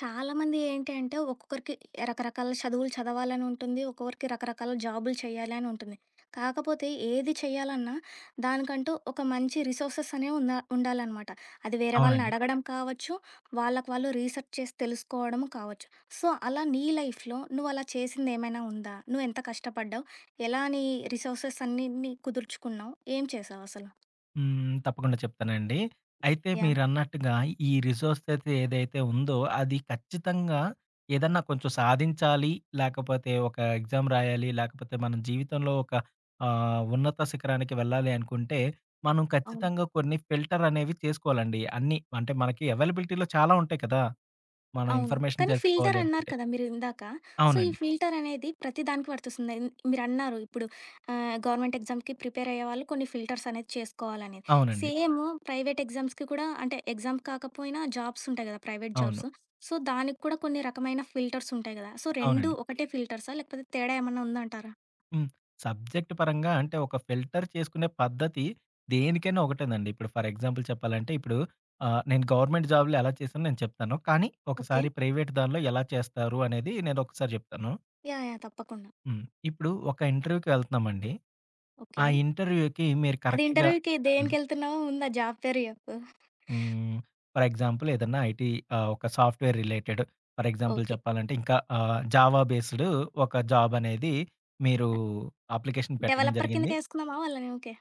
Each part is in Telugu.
చాలా మంది ఏంటి అంటే ఒక్కొక్కరికి రకరకాల చదువులు చదవాలని ఉంటుంది. ఒక్కొక్కరికి రకరకాల జాబులు చేయాలి అని ఉంటుంది. కాకపోతే ఏది చేయాలన్నా దానికంటూ ఒక మంచి రిసోర్సెస్ అనేవి ఉండాలనమాట. అది వేరే వాళ్ళని అవునండి. అడగడం కావచ్చు, వాళ్ళకి వాళ్ళు రీసెర్చ్ చేసి తెలుసుకోవడం కావచ్చు. సో, అలా నీ లైఫ్‌లో నువ్వు అలా చేసిందేమైనా ఉందా? నువ్వు ఎంత కష్టపడ్డావు? ఎలా నీ రిసోర్సెస్ అన్నిటిని కుదుర్చుకున్నావు? ఏం చేసావసలు? హ్మ్. తప్పకుండా చెప్తానండి. అయితే యాహ్! మీరన్నట్టుగా ఈ రిసోర్సయితే ఏదైతే ఉందో అది ఖచ్చితంగా ఏదన్నా కొంచెం సాధించాలి, లేకపోతే ఒక ఎగ్జామ్ రాయాలి, లేకపోతే మనం జీవితంలో ఒక ఉన్నత శిఖరానికి వెళ్ళాలి అనుకుంటే, మనం అవును. ఖచ్చితంగా కొన్ని ఫిల్టర్ అనేవి చేసుకోవాలండి. అన్నీ అంటే మనకి అవైలబిలిటీలో చాలా ఉంటాయి కదా! మనం అవును. ఇన్ఫర్మేషన్ కానీ ఫిల్టర్ తెలుసుకోవాలి అన్నారు అనుకుంటే. కదా మీరిందాక. సో, ఈ అవునండి. ఫిల్టర్ అనేది ప్రతి దానికి వర్తిస్తుంది. మీరన్నారు ఇప్పుడు గవర్నమెంట్ ఎగ్జామ్‌కి ప్రిపేర్ అయ్యేవాళ్ళు కొన్ని ఫిల్టర్స్ అనేది చేసుకోవాలని. అవునండి. సేమ్ ప్రైవేట్ ఎగ్జామ్స్‌కి కూడా అంటే ఎగ్జామ్ కాకపోయినా జాబ్స్ ఉంటాయి కదా! ప్రైవేట్ అవును. జాబ్స్. సో, దానికి కూడా కొన్ని రకమైన ఫిల్టర్స్ ఉంటాయి కదా! సో, 2 అవునండి. ఒకటే ఫిల్టర్సా? లేకపోతే తేడా ఏమన్నా ఉందంటారా? హ్మ్. సబ్జెక్ట్ పరంగా అంటే ఒక ఫిల్టర్ చేసుకునే పద్ధతి దేనికైనా ఒకటేనండి. ఇప్పుడు ఫర్ ఎగ్జాంపుల్ చెప్పాలంటే ఇప్పుడు నేను గవర్నమెంట్ జాబ్‌లో ఎలా చేశానో నేను చెప్తాను. కానీ ఓకే. ఒకసారి ప్రైవేట్ దానిలో ఎలా చేస్తారు అనేది నేను ఒకసారి చెప్తాను. యాహ్! యాహ్! తప్పకుండా. హ్మ్. ఇప్పుడు ఒక ఇంటర్వ్యూకి వెళ్తున్నామండి. ఆ ఓకే. ఇంటర్వ్యూకి మీరు అది కరెక్ట్‌గా. ఇంటర్వ్యూకి హ్మ్. దేనికెళ్తున్నావో ముందు ఆ జాబ్ పేరు చెప్పు. హ్మ్. ఫర్ ఎగ్జాంపుల్ ఏదన్నా ఐటీ, ఒక software related, for example okay. చెప్పాలంటే ఇంకా జావా బేస్డ్ ఒక జాబ్ అనేది మీరు అప్లికేషన్ పెట్టడం డెవలపర్ జరిగింది. కిందకేసుకుందామా వాళ్ళని ఊకే?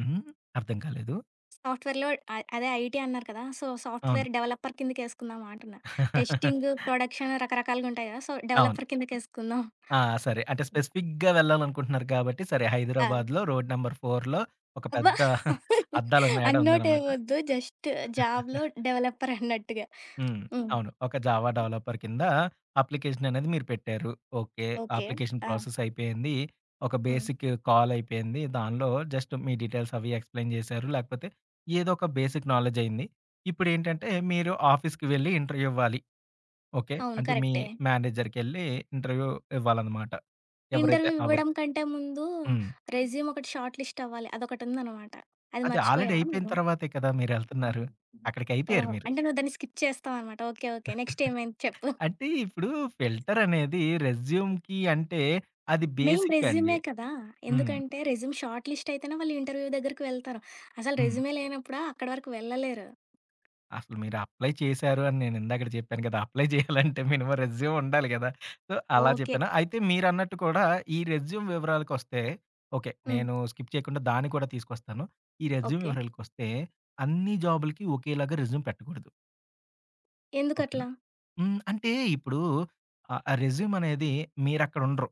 హుహు. అర్థం కాలేదు. సాఫ్ట్‌వేర్‌లో అదే ఐటీ అన్నారు కదా! సో, అవును. సాఫ్ట్‌వేర్ డెవలపర్ కిందకేసుకుందాం అంటున్నా. టెస్టింగ్, ప్రొడక్షన్ రకరకాలుగుంటాయి కదా! సో, అవును. డెవలపర్ కిందకేసుకుందాం. ఆ! సరే. అంటే స్పెసిఫిక్‌గా వెళ్ళాలనుకుంటున్నారు కాబట్టి, సరే ఆ! హైదరాబాద్‌లో రోడ్ నంబర్ 4లో ఒక అబ్బా! పెద్ద అద్దాల మేడ ఉందన్నమాట. అన్నోటేమొద్దు. జస్ట్ జాబ్‌లో డెవలపర్ అన్నట్టుగా. హ్మ్. హ్మ్. అవును. ఒక జావా డెవలపర్ కింద అప్లికేషన్ అనేది మీరు పెట్టారు. ఓకే. ఓకే. అప్లికేషన్ ఆ! ప్రాసెస్ అయిపోయింది. ఒక హ్మ్. బేసిక్ కాల్ అయిపోయింది. దానిలో జస్ట్ మీ డీటెయిల్స్ అవి ఎక్స్‌ప్లెయిన్ చేశారు. లేకపోతే ఏదో ఒక బేసిక్ నాలెడ్జ్ అయింది. ఇప్పుడేంటంటే మీరు ఆఫీస్‌కి వెళ్లి ఇంటర్వ్యూ ఇవ్వాలి. ఓకే. అవును. అంటే మీ కరెక్టే. మేనేజర్‌కెళ్ళి ఇంటర్వ్యూ ఇవ్వాలన్నమాట. ఎవరైతే ఇంటర్వ్యూ ఆ ఇవ్వడం వర్క్. కంటే ముందు హ్మ్. రెజ్యూమ్ ఒకటి షార్ట్ లిస్ట్ అవ్వాలి. అదొకటుందనమాట. అది అది ఆల్రెడీ మర్చిపోయావా అయిపోయిన నువ్వు? తర్వాతే కదా మీరెళ్తున్నారు. అక్కడికైపోయారు ఓహో! మీరు. అంటే నువ్వు దాన్ని స్కిప్ చేస్తావనమాట. ఓకే. ఓకే. నెక్స్ట్ ఏమైంది చెప్పు? అంటే ఇప్పుడు ఫిల్టర్ అనేది రెస్యూమ్‌కి అంటే అది మెయిన్ బేసిక్ అండి. రెజ్యూమే కదా! హ్మ్. ఎందుకంటే రెజ్యూమ్ షార్ట్ లిస్ట్ అయితేనే వాళ్ళు ఇంటర్వ్యూ దగ్గరికి వెళ్తారు. అసలు హ్మ్. రెజ్యూమే లేనప్పుడు అక్కడి వరకు వెళ్ళలేరు. అసలు మీరు అప్లై చేశారు అని నేను ఇందాకడ చెప్పాను కదా! అప్లై చేయాలంటే మినిమమ్ రెజ్యూమ్ ఉండాలి గదా! సో, అలా ఓకే. చెప్పాను. అయితే మీరన్నట్టు కూడా ఈ రెజ్యూమ్ వివరాలకొస్తే, ఓకే, హ్మ్. నేను స్కిప్ చేయకుండా దాన్ని కూడా తీసుకొస్తాను. ఈ రెజ్యూమ్ ఓకే. వివరాలకొస్తే అన్ని జాబులకి ఒకేలాగా రెజ్యూమ్ పెట్టకూడదు. ఓకేనా? ఎందుకట్లా? హ్మ్. అంటే ఇప్పుడు ఆ రెజ్యూమ్ అనేది మీరక్కడుండరు.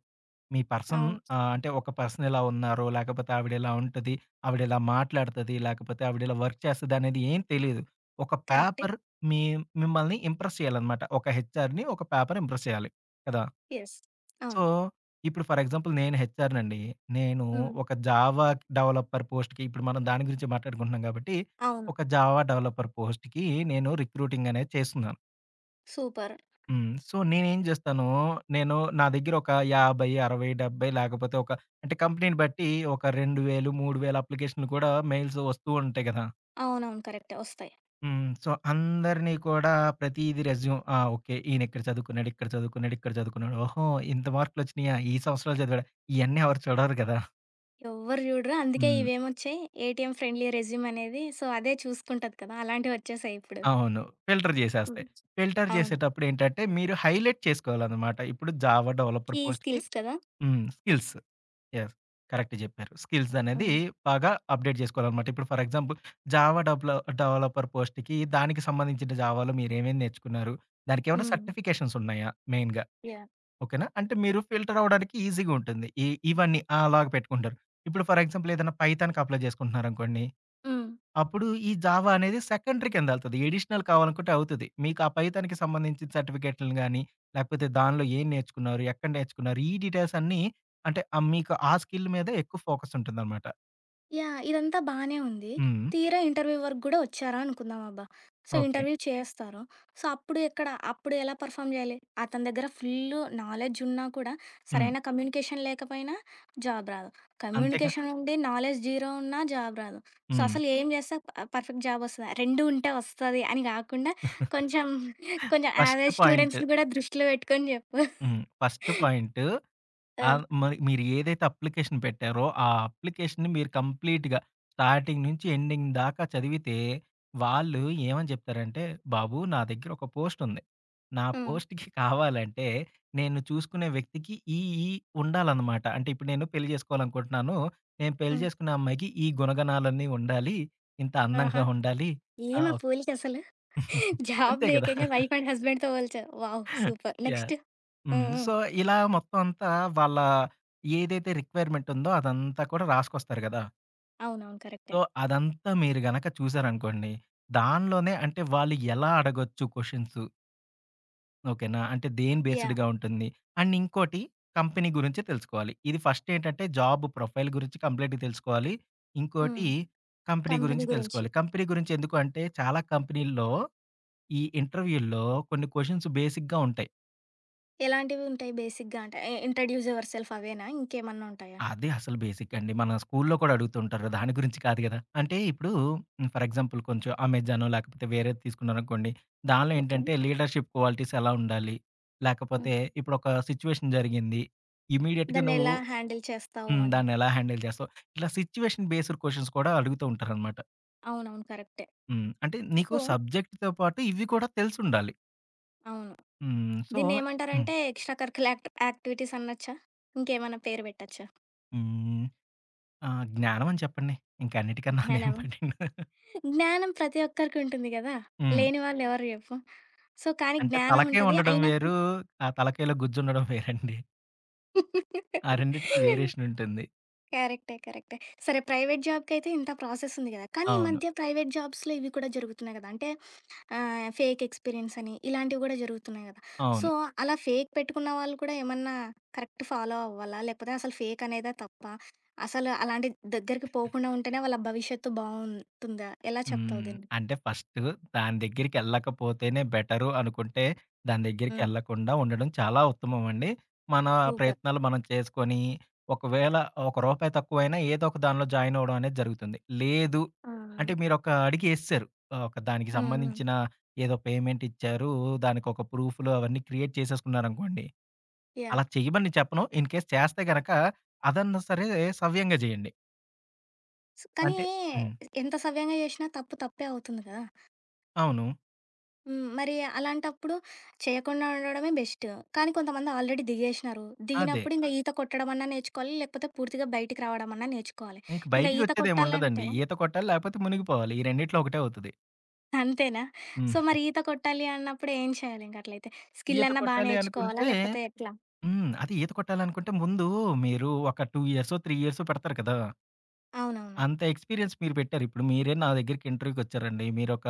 మీ పర్సన్, అవును. అంటే ఒక పర్సన్ ఇలా ఉన్నారు, లేకపోతే ఆవిడ ఇలా ఉంటది, ఆవిడ ఇలా మాట్లాడతది, లేకపోతే ఆవిడ ఇలా వర్క్ చేస్తదనేది ఏం తెలీదు. ఒక కరెక్టే. పేపర్ మీ మిమ్మల్ని ఇంప్రెస్ చేయాలనమాట. ఒక హెచ్ఆర్‌ని ఒక పేపర్ ఇంప్రెస్ చేయాలి కదా! యెస్. సో, అవును. ఇప్పుడు ఫర్ ఎగ్జాంపుల్ నేను హెచ్ఆర్‌నండి. నేను హ్మ్. ఒక జావా డెవలపర్ పోస్ట్‌కి, ఇప్పుడు మనం దాని గురించి మాట్లాడుకుంటున్నాం కాబట్టి, అవును. ఒక జావా డెవలపర్ పోస్ట్‌కి నేను రిక్రూటింగ్ అనేది చేస్తున్నా. సూపర్. హ్మ్. సో, నేనేం జేస్తాను, నేను నా దగ్గర ఒక 50, 60, 70 లేకపోతే ఒక, అంటే కంపెనీని బట్టి ఒక 2000, 3000 అప్లికేషన్‌లు కూడా మెయిల్స్ వస్తూ ఉంటాయి గదా! అవునవును. కరెక్టే. వస్తాయి. హ్మ్. సో, అందరిని కూడా ప్రతీది రెజ్యూమ్ ఆ! ఓకే. ఈయన ఇక్కడ చదువుకున్నాడు, ఇక్కడ చదువుకున్నాడు, ఇక్కడ చదువుకున్నాడు. ఓహో! ఇంత మార్కులొచ్చినాయా? ఈ సంవత్సరాలు చదివాడా? ఇయన్నీ ఎవరు చూడరు గదా! ఎవ్వరు చూడరు. అందుకే హ్మ్. ఇవేమొచ్చాయి ఏటీఎం ఫ్రెండ్లీ రెజ్యూమ్ అనేది. సో, అదే చూసుకుంటది కదా! అలాంటివొచ్చేసాయి ఇప్పుడు. అవును. ఫిల్టర్ హ్మ్. జేసేస్తాయి. ఫిల్టర్ అవును. జేసేటప్పుడు ఏంటంటే, మీరు హైలైట్ చేసుకోవాలనమాట. ఇప్పుడు జావా డెవలపర్ కీ పోస్ట్‌కి స్కిల్స్ కదా! హ్మ్. స్కిల్స్. యెస్. కరెక్ట్ జెప్పారు. స్కిల్స్ అనేది హ్మ్. బాగా అప్‌డేట్ జేసుకోవాలనమాట. ఇప్పుడు ఫర్ ఎగ్జాంపుల్ జావా డెవల డెవలపర్ పోస్ట్‌కి దానికి సంబంధించిన జావాలో మీరేమేమి నేర్చుకున్నారు? దానికేమైనా హ్మ్. సర్టిఫికేషన్స్ ఉన్నాయా మెయిన్‌గా? యాహ్! ఓకేనా? అంటే మీరు ఫిల్టర్ అవ్వడానికి ఈజీగా ఉంటుంది. ఈ ఇవన్నీ ఆ! అలాగ పెట్టుకుంటారు. ఇప్పుడు ఫర్ ఎగ్జాంపుల్ ఏదైనా పైథాన్‌కి అప్లై జేసుకుంటున్నారనుకోండి, హ్మ్. అప్పుడు ఈ జావా అనేది సెకండరీ కిందెళ్తది. ఎడిషనల్ కావాలనుకుంటే అవుతది. మీకు ఆ పైథాన్‌కి సంబంధించిన సర్టిఫికేట్‌లని గాని, లేకపోతే దానిలో ఏం నేర్చుకున్నారు? ఎక్కడ నేర్చుకున్నారు? ఈ డీటెయిల్స్ అన్నీ, అంటే మీకు ఆ స్కిల్ మీద ఎక్కువ ఫోకస్ ఉంటుందన్నమాట. యాహ్! ఇదంతా బానే ఉంది. హ్మ్. తీరా ఇంటర్వ్యూ వరకు గూడా వచ్చారా అనుకుందాం అబ్బా! So, okay. ఇంటర్వ్యూ చేస్తారు. సో, అప్పుడు ఎలా పెర్ఫార్మ్ జేయాలి? అతని దగ్గర ఫుల్లు నాలెడ్జ్ ఉన్నా కూడా హ్మ్. సరైన కమ్యూనికేషన్ లేకపోయినా జాబ్ రాదు. అంతేగా. కమ్యూనికేషన్ ఉండి నాలెడ్జ్ జీరో ఉన్నా జాబ్ రాదు. సో, హ్మ్. అసలు ఏం జేస్తే పర్ఫెక్ట్ జాబ్ వస్తది? 2 ఉంటే వస్తది అని గాకుండా కొంచెం కొంచెం ఫస్ట్ యావరేజ్ పాయింట్. స్టూడెంట్స్‌ని గూడా దృష్టిలో బెట్టుకొని జెప్పు. హ్మ్. ఫస్ట్ పాయింట్, ఆ! మరి మీరు ఏదైతే అప్లికేషన్ పెట్టారో, ఆ అప్లికేషన్‌ని మీరు కంప్లీట్‌గా స్టార్టింగ్ నుంచి ఎండింగ్ దాకా చదివితే, వాళ్ళు ఏమని చెప్తారంటే, "బాబు నా దగ్గర ఒక పోస్ట్ ఉంది. నా హ్మ్. పోస్ట్‌కి కావాలంటే నేను చూసుకునే వ్యక్తికి ఈ ఉండాలన్నమాట. అంటే ఇప్పుడు నేను పెళ్లి చేసుకోవాలనుకుంటున్నాను. నేను పెళ్లి హ్మ్. చేసుకునే అమ్మాయికి ఈ గుణగణాలన్నీ ఉండాలి. ఇంత ఆహా! అందంగా ఉండాలి." ఆ! ఏమి ఆ ఓకే. పోలిక అసలు? జాబ్ అంతే లేక కదా! ఇంగ వైఫ్ అండ్ హస్బెండ్‌తో పోల్చా. వావ్! సూపర్. యాహ్! నెక్స్ట్? హ్మ్. హ్మ్. హ్మ్. సో, ఇలా మొత్తం అంతా వాళ్ళ ఏదైతే రిక్వైర్‌మెంట్ ఉందో అదంతా కూడా రాసుకొస్తారు గదా! అవునవును. కరెక్టే. సో, అదంతా మీరు గనక చూసారనుకోండి, దానిలోనే అంటే వాళ్ళు ఎలా అడగొచ్చు క్వెషన్స్, ఓకేనా? అంటే దేని యాహ్! బేస్డ్‌గా ఉంటుంది. అండ్ ఇంకోటి, కంపెనీ గురించి తెలుసుకోవాలి. ఇది ఫస్ట్ ఏంటంటే జాబ్ ప్రొఫైల్ గురించి కంప్లీట్‌గా తెలుసుకోవాలి. హ్మ్. ఇంకోటి, కంపెనీ కంపెనీ గురించి గురించి. తెలుసుకోవాలి. కంపెనీ గురించి ఎందుకు అంటే చాలా కంపెనీల్లో ఈ ఇంటర్వ్యూల్లో కొన్ని క్వెషన్స్ బేసిక్‌గా ఉంటాయి. ఎలాంటివి ఉంటాయి బేసిక్‌గా అంటే ఇంట్రొడ్యూస్ యువర్ సెల్ఫ్ అవేనా? ఇంకేమన్నా ఉంటాయా? అది అసలు బేసిక్ అండి. మన స్కూల్‌లో కూడా అడుగుతుంటారు. దాని గురించి కాదు గదా! అంటే ఇప్పుడు ఫర్ ఎగ్జాంపుల్ కొంచెం అమెజానో లేకపోతే వేరేది తీసుకున్నారనుకోండి. దానిలో ఓకే. ఏంటంటే లీడర్‌షిప్ క్వాలిటీస్ ఎలా ఉండాలి? హ్మ్. లేకపోతే ఇప్పుడొక సిట్యుయేషన్ జరిగింది. ఇమ్మీడియేట్‌గా నువ్వు దాన్నెలా హ్యాండిల్ చేస్తావు హ్మ్. అని. దాన్నెలా హ్యాండిల్ చేస్తావు? ఇలా సిట్యుయేషన్ బేస్డ్ క్వెషన్స్ కూడా అడుగుతూ ఉంటారనమాట. అవునవును. కరెక్టే. హ్మ్. అంటే నీకు సో సబ్జెక్ట్‌తో పాటు ఇవి కూడా తెలిసుండాలి. అవును. హ్మ్. సో హ్మ్. దీన్నేమంటారంటే ఎక్స్‌ట్రా కరిక్యులర్ యాక్టివిటీస్ అనొచ్చా? ఇంకేమన్నా పేరు పెట్టొచ్చా? హ్మ్. జ్ఞానం అని చెప్పండి. ఇంకన్నిటికన్నా అదేం జ్ఞానమా? పడింది. జ్ఞానం ప్రతి ఒక్కరికి ఉంటుంది గదా! హ్మ్. లేని వాళ్ళెవరు జెప్పు. సో, కానీ అంటే జ్ఞానం తలకాయ ఉంటది. ఉండడం అయినా వేరు. ఆ తలకాయలో గుజ్జుండడం వేరండి. ఆ రెండిటికి వేరియేషన్ ఉంటుంది. కరెక్టే. కరెక్టే. సరే ప్రైవేట్ జాబ్‌కైతే ఇంత ప్రాసెస్ ఉంది గదా! కానీ ఈ అవును. మధ్య ప్రైవేట్ జాబ్స్‌లో ఇవి కూడా జరుగుతున్నాయి గదా! అంటే ఫేక్ ఎక్స్‌పీరియన్స్ అని ఇలాంటివి గూడా జరుగుతున్నాయి గదా! సో, అవును. అలా ఫేక్ పెట్టుకున్న వాళ్ళు కూడా ఏమన్నా కరెక్ట్ ఫాలో అవ్వాలా? లేకపోతే అసలు ఫేక్ అనేదే తప్పా? అసలు అలాంటి దగ్గరికి పోకుండా ఉంటేనే వాళ్ళ భవిష్యత్తు బావుంటుందా? ఎలా చెప్తావు హ్మ్. దీన్ని? అంటే ఫస్ట్, దాని దగ్గరికెళ్ళకపోతేనే బెటరు అనుకుంటే, దాని హ్మ్. దగ్గరికెళ్ళకుండా ఉండడం చాలా ఉత్తమం అండి. మన సూపర్. ప్రయత్నాలు మనం చేసుకొని, ఒకవేళ ఒక రూపాయి తక్కువైనా ఏదో ఒక దానిలో జాయిన్ అవ్వడం అనేది జరుగుతుంది. లేదు ఆ! హ్మ్. అంటే మీరొక అడుగేసేసారు. ఒక దానికి హ్మ్. సంబంధించిన ఏదో పేమెంట్ ఇచ్చారు. దానికొక ప్రూఫ్‌లు అవన్నీ క్రియేట్ చేసేసుకున్నారనుకోండి, అలా యాహ్! చేయమని నేను చెప్పను. ఇన్ కేస్ చేస్తే గనక అదన్నా సరే సవ్యంగా చేయండి. కానీ అంటే హ్మ్. ఎంత సవ్యంగా జేషినా తప్పు తప్పే అవుతుంది గదా! అవును. హ్మ్. మరి అలాంటప్పుడు చేయకుండా ఉండడమే బెస్ట్. కానీ కొంతమంది ఆల్రెడీ దిగేసినారు. అదే. దిగినప్పుడు ఇంక ఈత కొట్టడమన్నా నేర్చుకోవాలి, లేకపోతే పూర్తిగా బయటికి రావడమన్నా నేర్చుకోవాలి. ఇంక ఇంక ఈత బయటికొచ్చేదేముండదండి. కొట్టాలంటే ఈత కొట్టాలి లేకపోతే మునిగిపోవాలి. ఈ రెండిట్లో ఒకటే అవుతది. అంతేనా? సో, హ్మ్. మరి ఈత కొట్టాలి అన్నప్పుడు ఏం చేయాలింక అట్లయితే? ఈత స్కిల్లన్నా కొట్టాలి నేర్చుకోవాలా? అనుకుంటే లేకపోతే ఎట్లా? హ్మ్. అదే ఈత కొట్టాలనుకుంటే ముందు మీరు ఒక 2 ఇయర్సో, 3 ఇయర్సో పెడతారు కదా! అవునవును. అంత ఎక్స్‌పీరియన్స్ మీరు పెట్టారు. ఇప్పుడు మీరే నా దగ్గరికి ఇంటర్వ్యూకొచ్చారండి. మీరొక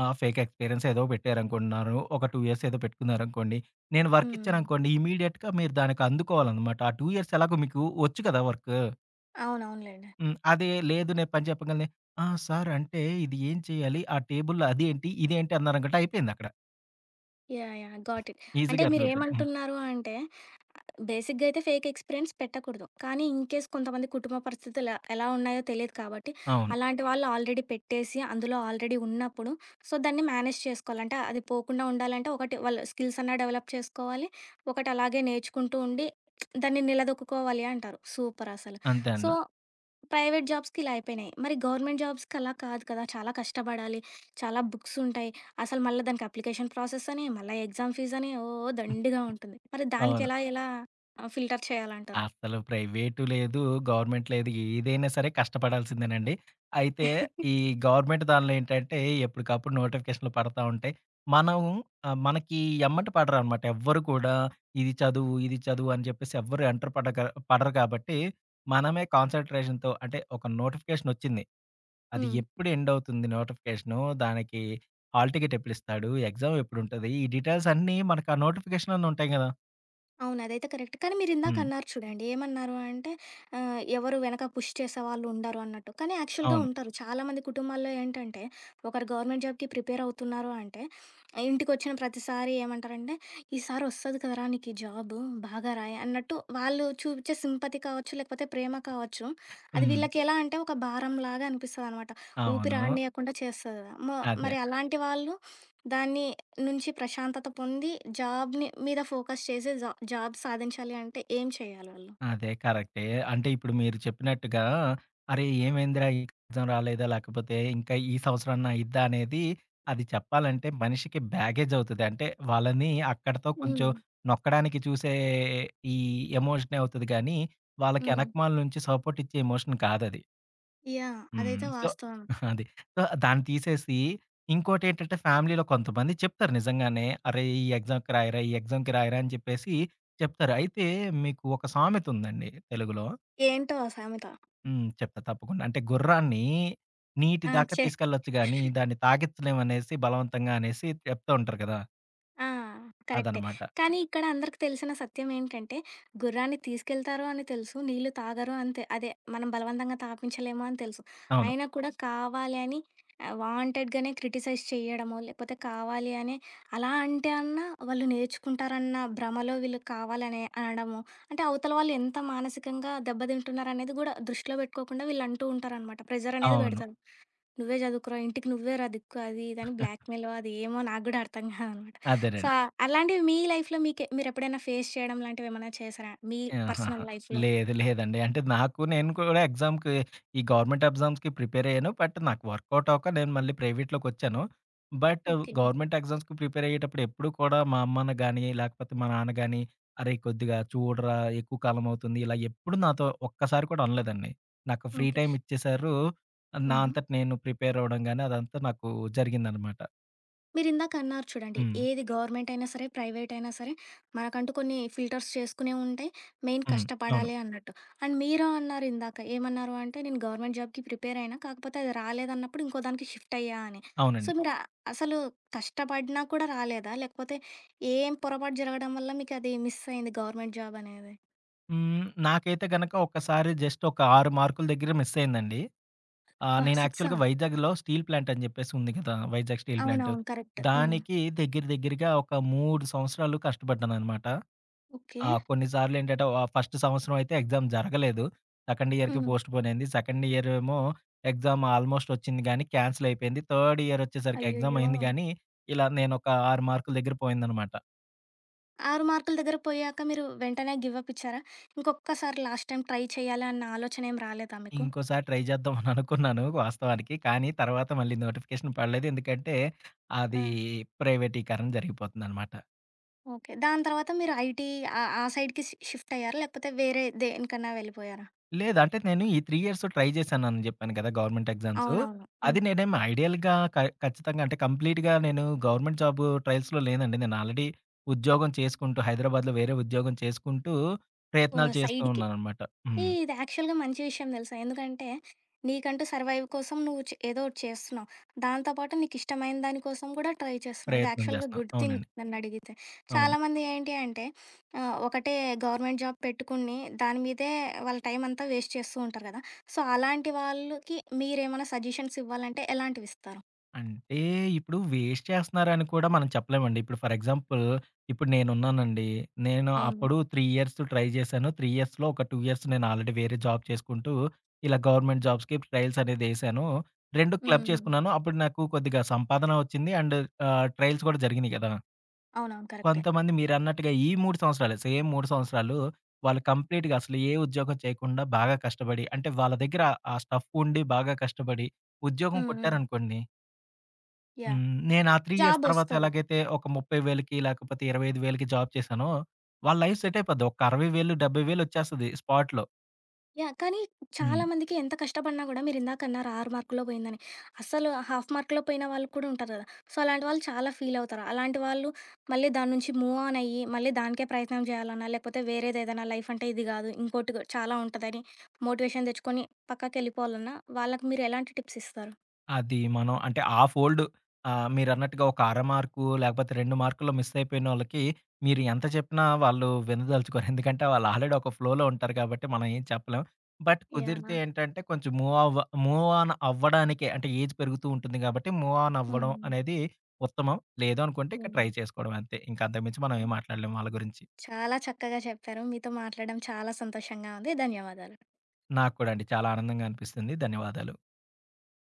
ఫేక్ ఎక్స్‌పీరియన్స్ ఏదో పెట్టారనుకుంటున్నారు. ఒక 2 ఇయర్స్ ఏదో పెట్టుకున్నారనుకోండి. నేను వర్క్ హ్మ్. ఇచ్చాననుకోండి, ఇమ్మీడియేట్‌గా మీరు దానికి అందుకోవాలనమాట. ఆ 2 ఇయర్స్ ఎలాగో మీకు వచ్చు కదా! వర్కు. అవునవునులేండి. హ్మ్. అదే లేదు, నేను పని చెప్పగానే, "ఆ! సార్ అంటే ఇది ఏం చేయాలి? ఆ టేబుల్‌లో అదేంటి? ఇదేంటి?" అన్నారనుకుంటే అయిపోయిందక్కడ. యాహ్! యాహ్! Got it. అంటే ఈజీగా అర్థమైపోద్ది. హ్మ్. మీరేమంటున్నారు అంటే బేసిక్‌గా అయితే ఫేక్ ఎక్స్‌పీరియన్స్ పెట్టకూడదు. కానీ ఇన్ కేస్ కొంతమంది కుటుంబ పరిస్థితులు ఎలా ఉన్నాయో తెలీదు కాబట్టి, అవును. అలాంటి వాళ్ళు ఆల్రెడీ పెట్టేసి అందులో ఆల్రెడీ ఉన్నప్పుడు సో, దాన్ని మేనేజ్ చేసుకోవాలి. అంటే అది పోకుండా ఉండాలంటే ఒకటి వాళ్ళు స్కిల్స్ అన్నా డెవలప్ చేసుకోవాలి. ఒకటి అలాగే నేర్చుకుంటూ ఉండి దాన్ని నిలదొక్కుకోవాలి అంటారు. సూపర్ అసలు. అంతే సో అండి. ప్రైవేట్ జాబ్స్‌కి ఇలా అయిపోయినాయి. మరి గవర్నమెంట్ జాబ్స్‌కి అలా కాదు కదా! చాలా కష్టపడాలి. చాలా బుక్స్ ఉంటాయి. అసలు మళ్ళా దానికి అప్లికేషన్ ప్రాసెస్ అని, మళ్ళా ఎగ్జామ్ ఫీజ్ అని ఓ హ్మ్. దండిగా ఉంటుంది. మరి అవును. దానికెలా ఎలా ఫిల్టర్ చేయాలంటారు? అసలు ప్రైవేటు లేదు, గవర్నమెంట్ లేదు. ఏదైనా సరే కష్టపడాల్సిందేనండి. అయితే ఈ గవర్నమెంట్ దానిలో ఏంటంటే ఎప్పటికప్పుడు నోటిఫికేషన్‌లు పడతా ఉంటాయి. మనం మనకి ఎమ్మట పడరనమాట. ఎవ్వరు కూడా ఇది చదువు, ఇది చదువు అని చెప్పేసి ఎవ్వరు ఎంటర్ పడక పడరు కాబట్టి మనమే కాన్సంట్రేషన్‌తో, అంటే ఒక నోటిఫికేషన్ వచ్చింది. అది హ్మ్. ఎప్పుడు ఎండ్ అవుతుంది నోటిఫికేషను? దానికి హాల్ టికెట్ ఎప్పుడిస్తాడు? ఎగ్జామ్ ఎప్పుడుంటది? ఈ డీటెయిల్స్ అన్నీ మనకు ఆ నోటిఫికేషన్‌లోనే ఉంటాయి గదా! అవును. అదైతే కరెక్ట్. కానీ మీరిందాక హ్మ్. అన్నారు చూడండి. ఏమన్నారు అంటే ఎవరు వెనక పుష్ చేసేవాళ్ళు ఉండరు అన్నట్టు. కానీ యాక్చువల్‌గా అవును. ఉంటారు. చాలామంది కుటుంబాల్లో ఏంటంటే ఒకరు గవర్నమెంట్ జాబ్‌కి ప్రిపేర్ అవుతున్నారు అంటే ఇంటికొచ్చిన ప్రతిసారి ఏమంటారంటే, "ఈసారి వస్తది కదరా! నీకు ఈ జాబు బాగా రాయి" అన్నట్టు వాళ్ళు చూపించే సింపతి కావచ్చు, లేకపోతే ప్రేమ కావచ్చు. అది హ్మ్. వీళ్ళకెలా అంటే ఒక భారంలాగా అనిపిస్తదనమాట. అవును. ఊపిరాడనీయకుండా చేస్తది కదా! అదే. మరి అలాంటి వాళ్ళు దాన్ని నుంచి ప్రశాంతత పొంది జాబ్‌ని మీద ఫోకస్ చేసి జాబ్ సాధించాలి అంటే ఏం చేయాలి వాళ్ళు? అదే కరెక్టే. అంటే ఇప్పుడు మీరు చెప్పినట్టుగా, అరే! ఏమైందిరా ఈ ఎగ్జామ్ రాలేదా? లేకపోతే ఇంకా ఈ సంవత్సరమన్నా అయ్యిద్దా? అనేది అది చెప్పాలంటే మనిషికి బ్యాగేజ్ అవుతది. అంటే వాళ్ళని అక్కడితో కొంచెం హ్మ్. నొక్కడానికి చూసే ఈ ఎమోషనే అవుతది గానీ, వాళ్ళకి హ్మ్. ఎనకమాల నుంచి సపోర్ట్ ఇచ్చే ఎమోషన్ కాదది. యాహ్! హ్మ్. అదైతే సో, వాస్తవం. అది. సో, దాన్ని తీసేసి ఇంకోటేంటంటే ఫ్యామిలీలో కొంతమంది చెప్తారు నిజంగానే. "అరేయ్! ఈ ఎగ్జామ్‌కి రాయరా, ఈ ఎగ్జామ్‌కి రాయరా" అని చెప్పేసి చెప్తారు. అయితే మీకు ఒక సామెతుందండి తెలుగులో. ఏంటో ఆ సామెత. హ్మ్. చెప్తా తప్పకుండా. అంటే గుర్రాన్ని నీటి ఆ! దాకా తీసుకెళ్ళొచ్చు గానీ, దాన్ని తాగిచ్చలేమనేసి బలవంతంగా అనేసి చెప్తా ఉంటారు కదా! ఆ! కరెక్టే. అదనమాట. కానీ ఇక్కడ అందరికి తెలిసిన సత్యం ఏంటంటే, గుర్రాన్ని తీసుకెళ్తారు అని తెలుసు. నీళ్ళు తాగరు అని అదే మనం బలవంతంగా తాపించలేము అని తెలుసు. అవును. అయినా కూడా కావాలి అని వాంటెడ్‌గానే క్రిటిసైజ్ చేయడమో, లేకపోతే కావాలి అని అలా అంటే అన్నా వాళ్ళు నేర్చుకుంటారన్న భ్రమలో వీళ్ళు కావాలనే అనడము. అంటే అవతల వాళ్ళు ఎంత మానసికంగా దెబ్బతింటున్నారనేది గూడా దృష్టిలో పెట్టుకోకుండా వీళ్ళు అంటూ ఉంటారనమాట. ప్రెజర్ అనేది అవును. పెడతారు. నువ్వే చదువుకురా ఇంటికి నువ్వే రా దిక్కు అది ఇది అని బ్లాక్మెయిల్ అది ఏమో నాకు కూడా అర్థం కాదనమాట. సో, అదేనండి. అలాంటివి మీ లైఫ్‌లో మీకే మీరెప్పుడైనా ఫేస్ చేయడం లాంటివేమన్నా చేసారా? మీ ఆహాహా! పర్సనల్ లైఫ్‌లో? లేదు లేదండి. అంటే నాకు నేను కూడా ఎగ్జామ్‌కి, ఈ గవర్నమెంట్ ఎగ్జామ్స్‌కి ప్రిపేర్ అయ్యాను. బట్ నాకు వర్కౌట్ అవ్వక నేను మళ్ళీ ప్రైవేట్‌లోకొచ్చాను. But okay. గవర్నమెంట్ ఎగ్జామ్స్‌కి ప్రిపేర్ అయ్యేటప్పుడు ఎప్పుడు కూడా మా అమ్మను గాని, లేకపోతే మా నాన్న గాని, "అరేయ్! కొద్దిగా చూడరా ఎక్కువ కాలం అవుతుంది." ఇలా ఎప్పుడు నాతో ఒక్కసారి కూడా అనలేదండి. నాకు ఫ్రీ ఓకే. టైమ్ ఇచ్చేసారు. నా హుహు. అంతట నేను ప్రిపేర్ అవ్వడం గాని అదంతా నాకు జరిగిందనమాట. మీరిందాక అన్నారు చూడండి. హ్మ్. ఏది గవర్నమెంట్ అయినా సరే, ప్రైవేట్ అయినా సరే మనకంటూ కొన్ని ఫిల్టర్స్ చేసుకునేవి ఉంటాయి. మెయిన్ హ్మ్. అవును. కష్టపడాలి అన్నట్టు. అండ్ మీరు అన్నారు ఇందాక. ఏమన్నారు అంటే నేను గవర్నమెంట్ జాబ్‌కి ప్రిపేర్ అయినా. కాకపోతే అది రాలేదన్నప్పుడు ఇంకో దానికి షిఫ్ట్ అయ్యా అని. సో, అవునండి. మీరు ఆ- అసలు కష్టపడినా కూడా రాలేదా? లేకపోతే ఏం పొరపాటు జరగడం వల్ల మీకది మిస్ అయింది గవర్నమెంట్ జాబ్ అనేది? హ్మ్. నాకైతే గనక ఒకసారి జస్ట్ ఒక 6 మార్కుల దగ్గర మిస్ అయిందండి. ఆ! అబ్బా! నేను 6ఆ? యాక్చువల్‌గా వైజాగ్‌లో స్టీల్ ప్లాంట్ అని జెప్పేసి ఉంది కదా! Vizag steel plant. అవునవును. కరెక్ట్. హ్మ్. దానికి దగ్గర దగ్గరగా ఒక 3 సంవత్సరాలు కష్టపడ్డాననమాట. ఓకే. ఆ! కొన్ని సార్లేంటంటే ఫస్ట్ సంవత్సరం అయితే ఎగ్జామ్ జరగలేదు. సెకండ్ ఇయర్‌కి హ్మ్. పోస్ట్‌పోన్ అయింది. సెకండ్ ఇయర్ ఏమో ఎగ్జామ్ ఆల్‌మోస్ట్ వచ్చింది గానీ క్యాన్సిల్ అయిపోయింది. థర్డ్ ఇయర్ వచ్చేసరికి ఎగ్జామ్ అయ్యయ్యో! అయింది గానీ, ఇలా నేనొక 6 మార్కుల దగ్గర పోయిందనమాట. 6 మార్కుల దగ్గర పోయాక మీరు వెంటనే గివ్ అప్ ఇచ్చారా? ఇంకొక్కసారి లాస్ట్ టైమ్ ట్రై చేయాలి అన్న ఆలోచన ఏం రాలేదా మీకు? ఇంకోసారి ట్రై చేద్దాం అని అనుకున్నాను వాస్తవానికి. కానీ తర్వాత మళ్ళీ నోటిఫికేషన్ పడలేదు. ఎందుకంటే ఆ! అది ప్రైవేటీకరణ జరిగిపోతుందనమాట. ఓకే. దాని తర్వాత మీరు ఐటీ ఆ సైడ్‌కి షిఫ్ట్ అయ్యారా? లేకపోతే వేరే దేనికన్నా వెళ్ళిపోయారా? లేదు. అంటే నేను ఈ 3 ఇయర్స్ ట్రై చేశానని జెప్పాను కదా! Government exams. అవునవును. అది హ్మ్. నేనేమి ఐడియల్‌గా క ఖచ్చితంగా, అంటే కంప్లీట్‌గా నేను గవర్నమెంట్ జాబ్ ట్రయల్స్‌లో లేనండి. నేను ఆల్రెడీ ఉద్యోగం చేసుకుంటూ హైదరాబాద్‌లో వేరే ఉద్యోగం చేసుకుంటూ ప్రయత్నాలు ఓహ్! చేస్తూ సైడ్‌కి. ఉన్నాననమాట. ఏ హ్మ్. ఇది యాక్చువల్‌గా మంచి విషయం తెలుసా? ఎందుకంటే, నీకంటూ సర్వైవ్ కోసం నువ్వు ఏదో ఒకటి చేస్తున్నావు. దాంతో పాటు నీకిష్టమైన దాని కోసం కూడా ట్రై చేస్తున్నావు. ఇది ప్రయత్నం యాక్చువల్‌గా చేస్తున్నాను. గుడ్ థింగ్ అవునండి. నన్నడిగితే. అవును. చాలామంది ఏంటి అంటే ఒకటే గవర్నమెంట్ జాబ్ పెట్టుకొని దాని మీదే వాళ్ళ టైమంతా వేస్ట్ చేస్తూ ఉంటారు కదా! సో, అలాంటి వాళ్ళకి మీరేమైనా సజెషన్స్ ఇవ్వాలంటే ఎలాంటివిస్తారు? అంటే ఇప్పుడు వేస్ట్ చేస్తున్నారని కూడా మనం చెప్పలేమండి. ఇప్పుడు ఫర్ ఎగ్జాంపుల్ ఇప్పుడు నేనున్నానండి. నేను అవును. అప్పుడు 3 ఇయర్స్ ట్రై చేశాను. 3 ఇయర్స్‌లో ఒక 2 ఇయర్స్ నేను ఆల్రెడీ వేరే జాబ్ చేసుకుంటూ ఇలా గవర్నమెంట్ జాబ్స్‌కి ట్రయల్స్ అనేది ఎసాను. 2 క్లబ్ హ్మ్. హ్మ్. చేసుకున్నాను. అప్పుడు నాకు కొద్దిగా సంపాదన వచ్చింది. అండ్ ట్రయల్స్ కూడా జరిగినాయి కదా! అవునవును. కరెక్టే. కొంతమంది మీరన్నట్టుగా ఈ 3 సంవత్సరాలే, సేమ్ 3 సంవత్సరాలు వాళ్ళు కంప్లీట్‌గా అసలు ఏ ఉద్యోగం చేయకుండా బాగా కష్టపడి, అంటే వాళ్ళ దగ్గర ఆ స్టఫ్ ఉండి బాగా కష్టపడి ఉద్యోగం హ్మ్. హ్మ్. కొట్టారనుకోండి. యాహ్! హ్మ్. నేను ఆ 3 ఇయర్స్ తర్వాత జాబొస్తది. ఎలాగైతే ఒక 30,000కి లేకపోతే 25,000కి జాబ్ చేశానో, వాళ్ళ లైఫ్ సెట్ అయిపోద్ది. ఒక 60,000, 70,000 వచ్చేస్తది స్పాట్‌లో. యాహ్! కానీ చాలా హ్మ్. మందికి ఎంత కష్టపడినా గూడా మీరిందాకన్నారు 6 మార్కులో పోయిందని. అసలు హాఫ్ మార్కులో పోయిన వాళ్ళు కూడా ఉంటారు గదా! సో, అలాంటి వాళ్ళు చాలా ఫీల్ అవుతారు. అలాంటి వాళ్ళు మళ్ళీ దాని నుంచి మూవ్ ఆన్ అయ్యి, మళ్ళీ దానికే ప్రయత్నం చేయాలన్నా, లేకపోతే వేరేదేదైనా లైఫ్ అంటే ఇది గాదు. ఇంకోటి చాలా ఉంటదని మోటివేషన్ తెచ్చుకొని పక్కకెళ్ళిపోవాలన్నా, వాళ్ళకి మీరు ఎలాంటి టిప్స్ ఇస్తారు? అది మనం అంటే మీరన్నట్టుగా ఒక అర మార్కు లేకపోతే 2 మార్కుల్లో మిస్ అయిపోయినోళ్ళకి మీరు ఎంత చెప్పినా వాళ్ళు వినదలుచుకోరు. ఎందుకంటే వాళ్ళు ఆల్రెడీ ఒక ఫ్లోలో ఉంటారు కాబట్టి మనం ఏం చెప్పలేం. But yeah! కుదిరితే ఏంటంటే కొంచెం మూవ్ ఆన్ అవ్వడానికే, అంటే ఏజ్ పెరుగుతూ ఉంటుంది కాబట్టి మూవ్ ఆన్ అవ్వడం హ్మ్. అనేది ఉత్తమం. లేదు అనుకుంటే ఇక యాహ్! ట్రై చేసుకోవడం అంతే. ఇంక అంతకు మించి మనం ఏం మాట్లాడలేం వాళ్ళ గురించి. చాలా చక్కగా చెప్పారు. మీతో మాట్లాడడం చాలా సంతోషంగా ఉంది. ధన్యవాదాలు. నాకు కూడా అండి చాలా ఆనందంగా అనిపిస్తుంది. ధన్యవాదాలు.